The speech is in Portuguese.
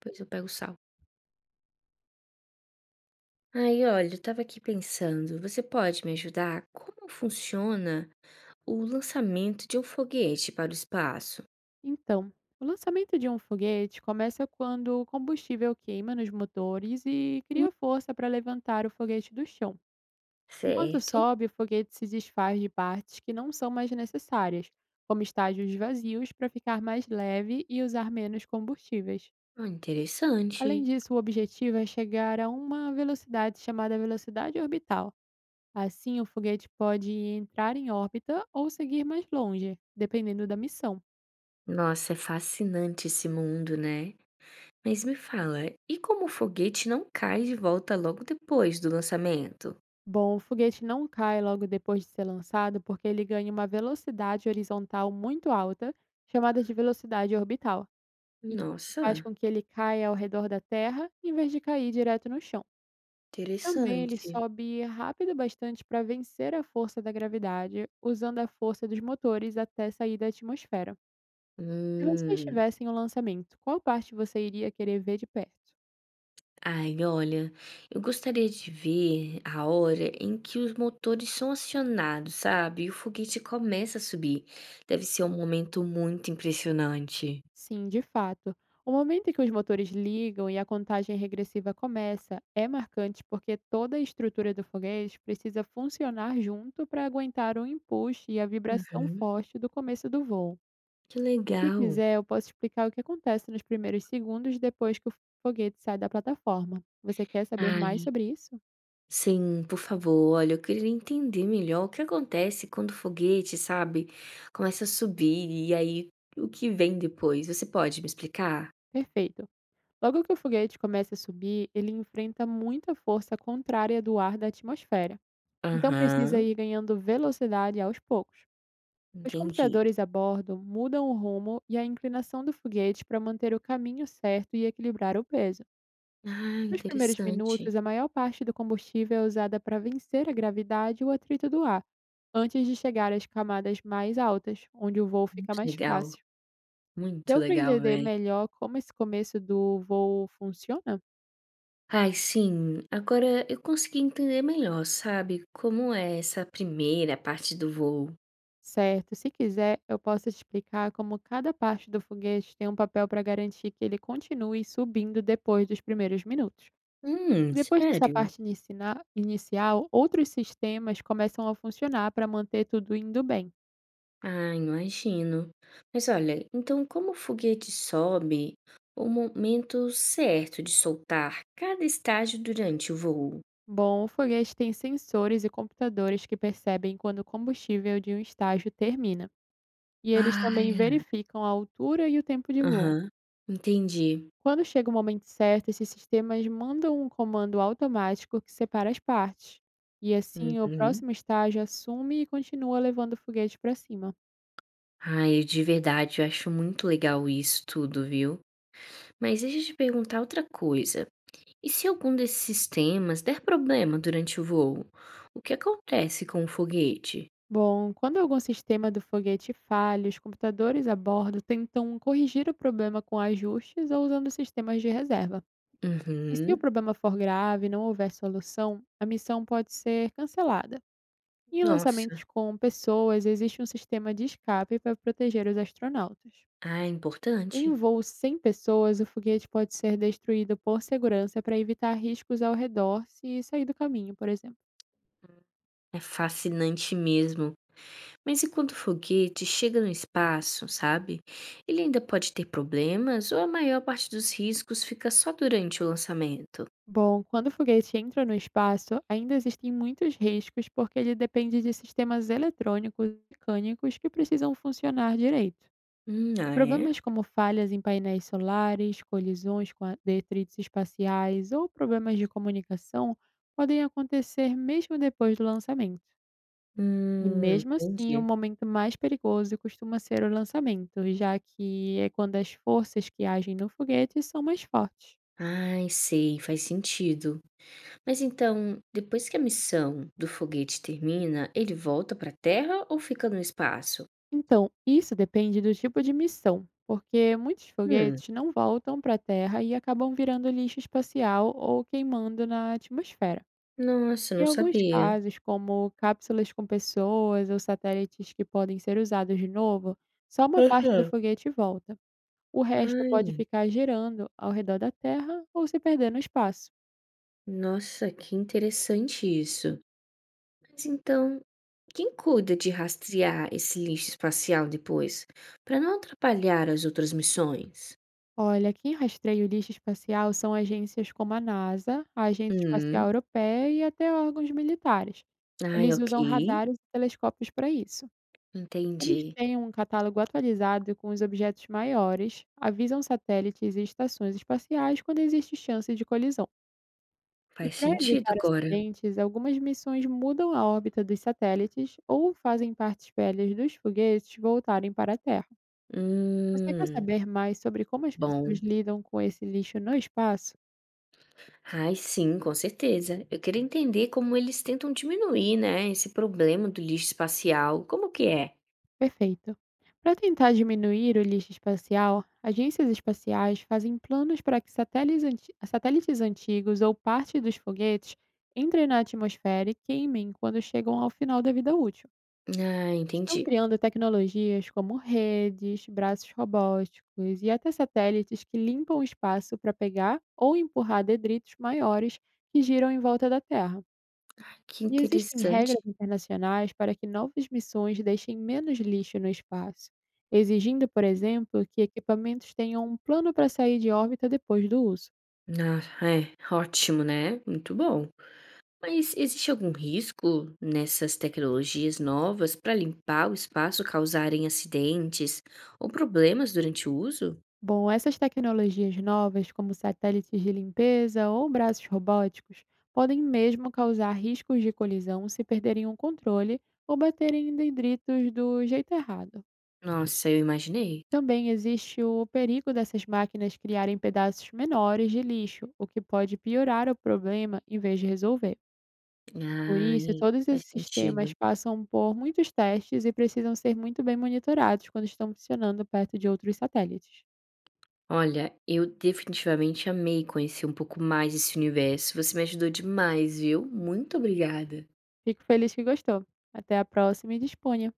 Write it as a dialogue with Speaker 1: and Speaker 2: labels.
Speaker 1: Pois eu pego sal. Aí, olha, eu tava aqui pensando, você pode me ajudar? Como funciona o lançamento de um foguete para o espaço?
Speaker 2: Então, o lançamento de um foguete começa quando o combustível queima nos motores e
Speaker 1: Hum.
Speaker 2: cria força para levantar o foguete do chão. Enquanto
Speaker 1: Certo?
Speaker 2: sobe, o foguete se desfaz de partes que não são mais necessárias, como estágios vazios, para ficar mais leve e usar menos combustíveis.
Speaker 1: Ah,
Speaker 2: Além
Speaker 1: interessante.
Speaker 2: disso, o objetivo é chegar a uma velocidade chamada velocidade orbital. Assim, o foguete pode entrar em órbita ou seguir mais longe, dependendo da missão.
Speaker 1: Nossa, é fascinante esse mundo, né? Mas me fala, e como o foguete não cai de volta logo depois do lançamento?
Speaker 2: Bom, o foguete não cai logo depois de ser lançado porque ele ganha uma velocidade horizontal muito alta, chamada de velocidade orbital. E isso
Speaker 1: Nossa,
Speaker 2: faz com que ele caia ao redor da Terra em vez de cair direto no chão. Também ele
Speaker 1: interessante.
Speaker 2: sobe rápido bastante para vencer a força da gravidade, usando a força dos motores até sair da atmosfera. Se vocês
Speaker 1: Hum.
Speaker 2: tivessem o lançamento, qual parte você iria querer ver de perto?
Speaker 1: Ai, olha, eu gostaria de ver a hora em que os motores são acionados, sabe? E o foguete começa a subir. Deve ser um momento muito impressionante.
Speaker 2: Sim, de fato. O momento em que os motores ligam e a contagem regressiva começa é marcante porque toda a estrutura do foguete precisa funcionar junto para aguentar o empuxo e a vibração
Speaker 1: Uhum,
Speaker 2: forte do começo do voo.
Speaker 1: que
Speaker 2: Se
Speaker 1: legal.
Speaker 2: quiser, eu posso explicar o que acontece nos primeiros segundos depois que o foguete sai da plataforma. Você quer saber mais
Speaker 1: Ai,
Speaker 2: sobre isso?
Speaker 1: sim, por favor, olha, eu queria entender melhor o que acontece quando o foguete, sabe, começa a subir e aí o que vem depois. Você pode me explicar?
Speaker 2: Perfeito. Logo que o foguete começa a subir, ele enfrenta muita força contrária do ar da atmosfera. Então precisa
Speaker 1: Aham,
Speaker 2: ir ganhando velocidade aos poucos. Os
Speaker 1: entendi.
Speaker 2: computadores a bordo mudam o rumo e a inclinação do foguete para manter o caminho certo e equilibrar o peso.
Speaker 1: Ah,
Speaker 2: Nos primeiros
Speaker 1: interessante.
Speaker 2: minutos, a maior parte do combustível é usada para vencer a gravidade e o atrito do ar, antes de chegar às camadas mais altas, onde o voo fica
Speaker 1: Muito
Speaker 2: mais
Speaker 1: legal,
Speaker 2: fácil.
Speaker 1: muito
Speaker 2: Deu para
Speaker 1: legal,
Speaker 2: entender
Speaker 1: velho.
Speaker 2: melhor como esse começo do voo funciona?
Speaker 1: Ai, sim. Agora eu consegui entender melhor, sabe, como é essa primeira parte do voo.
Speaker 2: Certo, se quiser, eu posso te explicar como cada parte do foguete tem um papel para garantir que ele continue subindo depois dos primeiros minutos. E depois dessa
Speaker 1: Sério?
Speaker 2: parte inicina inicial, outros sistemas começam a funcionar para manter tudo indo bem.
Speaker 1: Ah, imagino. Mas olha, então como o foguete sobe, o momento certo de soltar cada estágio durante o voo?
Speaker 2: Bom, o foguete tem sensores e computadores que percebem quando o combustível de um estágio termina, e eles também
Speaker 1: Ai, é.
Speaker 2: verificam a altura e o tempo de voo.
Speaker 1: Aham, entendi.
Speaker 2: Quando chega o momento certo, esses sistemas mandam um comando automático que separa as partes, e assim o
Speaker 1: Uhum.
Speaker 2: próximo estágio assume e continua levando o foguete para cima.
Speaker 1: Ai, de verdade, eu acho muito legal isso tudo, viu? Mas deixa eu te perguntar outra coisa. E se algum desses sistemas der problema durante o voo, o que acontece com o foguete?
Speaker 2: Bom, quando algum sistema do foguete falha, os computadores a bordo tentam corrigir o problema com ajustes ou usando sistemas de reserva. E se o
Speaker 1: Uhum.
Speaker 2: problema for grave e não houver solução, a missão pode ser cancelada. E em
Speaker 1: Nossa,
Speaker 2: lançamentos com pessoas, existe um sistema de escape para proteger os astronautas.
Speaker 1: ah, é
Speaker 2: Em
Speaker 1: importante.
Speaker 2: voos sem pessoas, o foguete pode ser destruído por segurança para evitar riscos ao redor se sair do caminho, por exemplo.
Speaker 1: É fascinante mesmo. Mas enquanto o foguete chega no espaço, sabe? Ele ainda pode ter problemas ou a maior parte dos riscos fica só durante o lançamento?
Speaker 2: Bom, quando o foguete entra no espaço, ainda existem muitos riscos porque ele depende de sistemas eletrônicos e mecânicos que precisam funcionar direito.
Speaker 1: Ah, é?
Speaker 2: Problemas como falhas em painéis solares, colisões com detritos espaciais ou problemas de comunicação podem acontecer mesmo depois do lançamento. E mesmo assim, o
Speaker 1: Entendi.
Speaker 2: momento mais perigoso costuma ser o lançamento, já que é quando as forças que agem no foguete são mais fortes.
Speaker 1: Ai, sei, faz sentido. Mas então, depois que a missão do foguete termina, ele volta para a Terra ou fica no espaço?
Speaker 2: Então, isso depende do tipo de missão, porque muitos
Speaker 1: Hum,
Speaker 2: foguetes não voltam para a Terra e acabam virando lixo espacial ou queimando na atmosfera.
Speaker 1: nossa,
Speaker 2: Em
Speaker 1: não
Speaker 2: alguns
Speaker 1: sabia.
Speaker 2: casos, como cápsulas com pessoas ou satélites que podem ser usados de novo, só uma parte do
Speaker 1: Aham.
Speaker 2: foguete volta. O resto pode
Speaker 1: Ai,
Speaker 2: ficar girando ao redor da Terra ou se perder no espaço.
Speaker 1: nossa, que interessante isso. Mas então, quem cuida de rastrear esse lixo espacial depois, para não atrapalhar as outras missões?
Speaker 2: Olha, quem rastreia o lixo espacial são agências como a NASA, a Agência Espacial
Speaker 1: Hum,
Speaker 2: Europeia e até órgãos militares.
Speaker 1: ai,
Speaker 2: Eles
Speaker 1: ok,
Speaker 2: usam radares e telescópios para isso. Eles
Speaker 1: entendi.
Speaker 2: têm um catálogo atualizado com os objetos maiores, avisam satélites e estações espaciais quando existe chance de colisão. E
Speaker 1: Faz
Speaker 2: para
Speaker 1: sentido
Speaker 2: evitar
Speaker 1: agora.
Speaker 2: acidentes, algumas missões mudam a órbita dos satélites ou fazem partes velhas dos foguetes voltarem para a Terra. Você quer
Speaker 1: Hum,
Speaker 2: saber mais sobre como as pessoas
Speaker 1: bom.
Speaker 2: lidam com esse lixo no espaço?
Speaker 1: Ai, sim, com certeza. Eu queria entender como eles tentam diminuir, né, esse problema do lixo espacial. Como que é?
Speaker 2: Perfeito. Para tentar diminuir o lixo espacial, agências espaciais fazem planos para que satélites, satélites antigos ou parte dos foguetes entrem na atmosfera e queimem quando chegam ao final da vida útil.
Speaker 1: Ah,
Speaker 2: Estão
Speaker 1: entendi.
Speaker 2: criando tecnologias como redes, braços robóticos e até satélites que limpam o espaço para pegar ou empurrar detritos maiores que giram em volta da Terra.
Speaker 1: Que
Speaker 2: E existem
Speaker 1: interessante.
Speaker 2: regras internacionais para que novas missões deixem menos lixo no espaço, exigindo, por exemplo, que equipamentos tenham um plano para sair de órbita depois do uso.
Speaker 1: Ah, é, ótimo, né? Muito bom. Mas existe algum risco nessas tecnologias novas para limpar o espaço causarem acidentes ou problemas durante o uso?
Speaker 2: Bom, essas tecnologias novas, como satélites de limpeza ou braços robóticos, podem mesmo causar riscos de colisão se perderem o controle ou baterem em dendritos do jeito errado.
Speaker 1: Nossa, eu imaginei.
Speaker 2: Também existe o perigo dessas máquinas criarem pedaços menores de lixo, o que pode piorar o problema em vez de resolver. Por isso,
Speaker 1: Ai,
Speaker 2: todos esses
Speaker 1: faz
Speaker 2: sistemas
Speaker 1: sentido.
Speaker 2: passam por muitos testes e precisam ser muito bem monitorados quando estão funcionando perto de outros satélites.
Speaker 1: Olha, eu definitivamente amei conhecer um pouco mais esse universo. Você me ajudou demais, viu? Muito obrigada.
Speaker 2: Fico feliz que gostou. Até a próxima e disponha!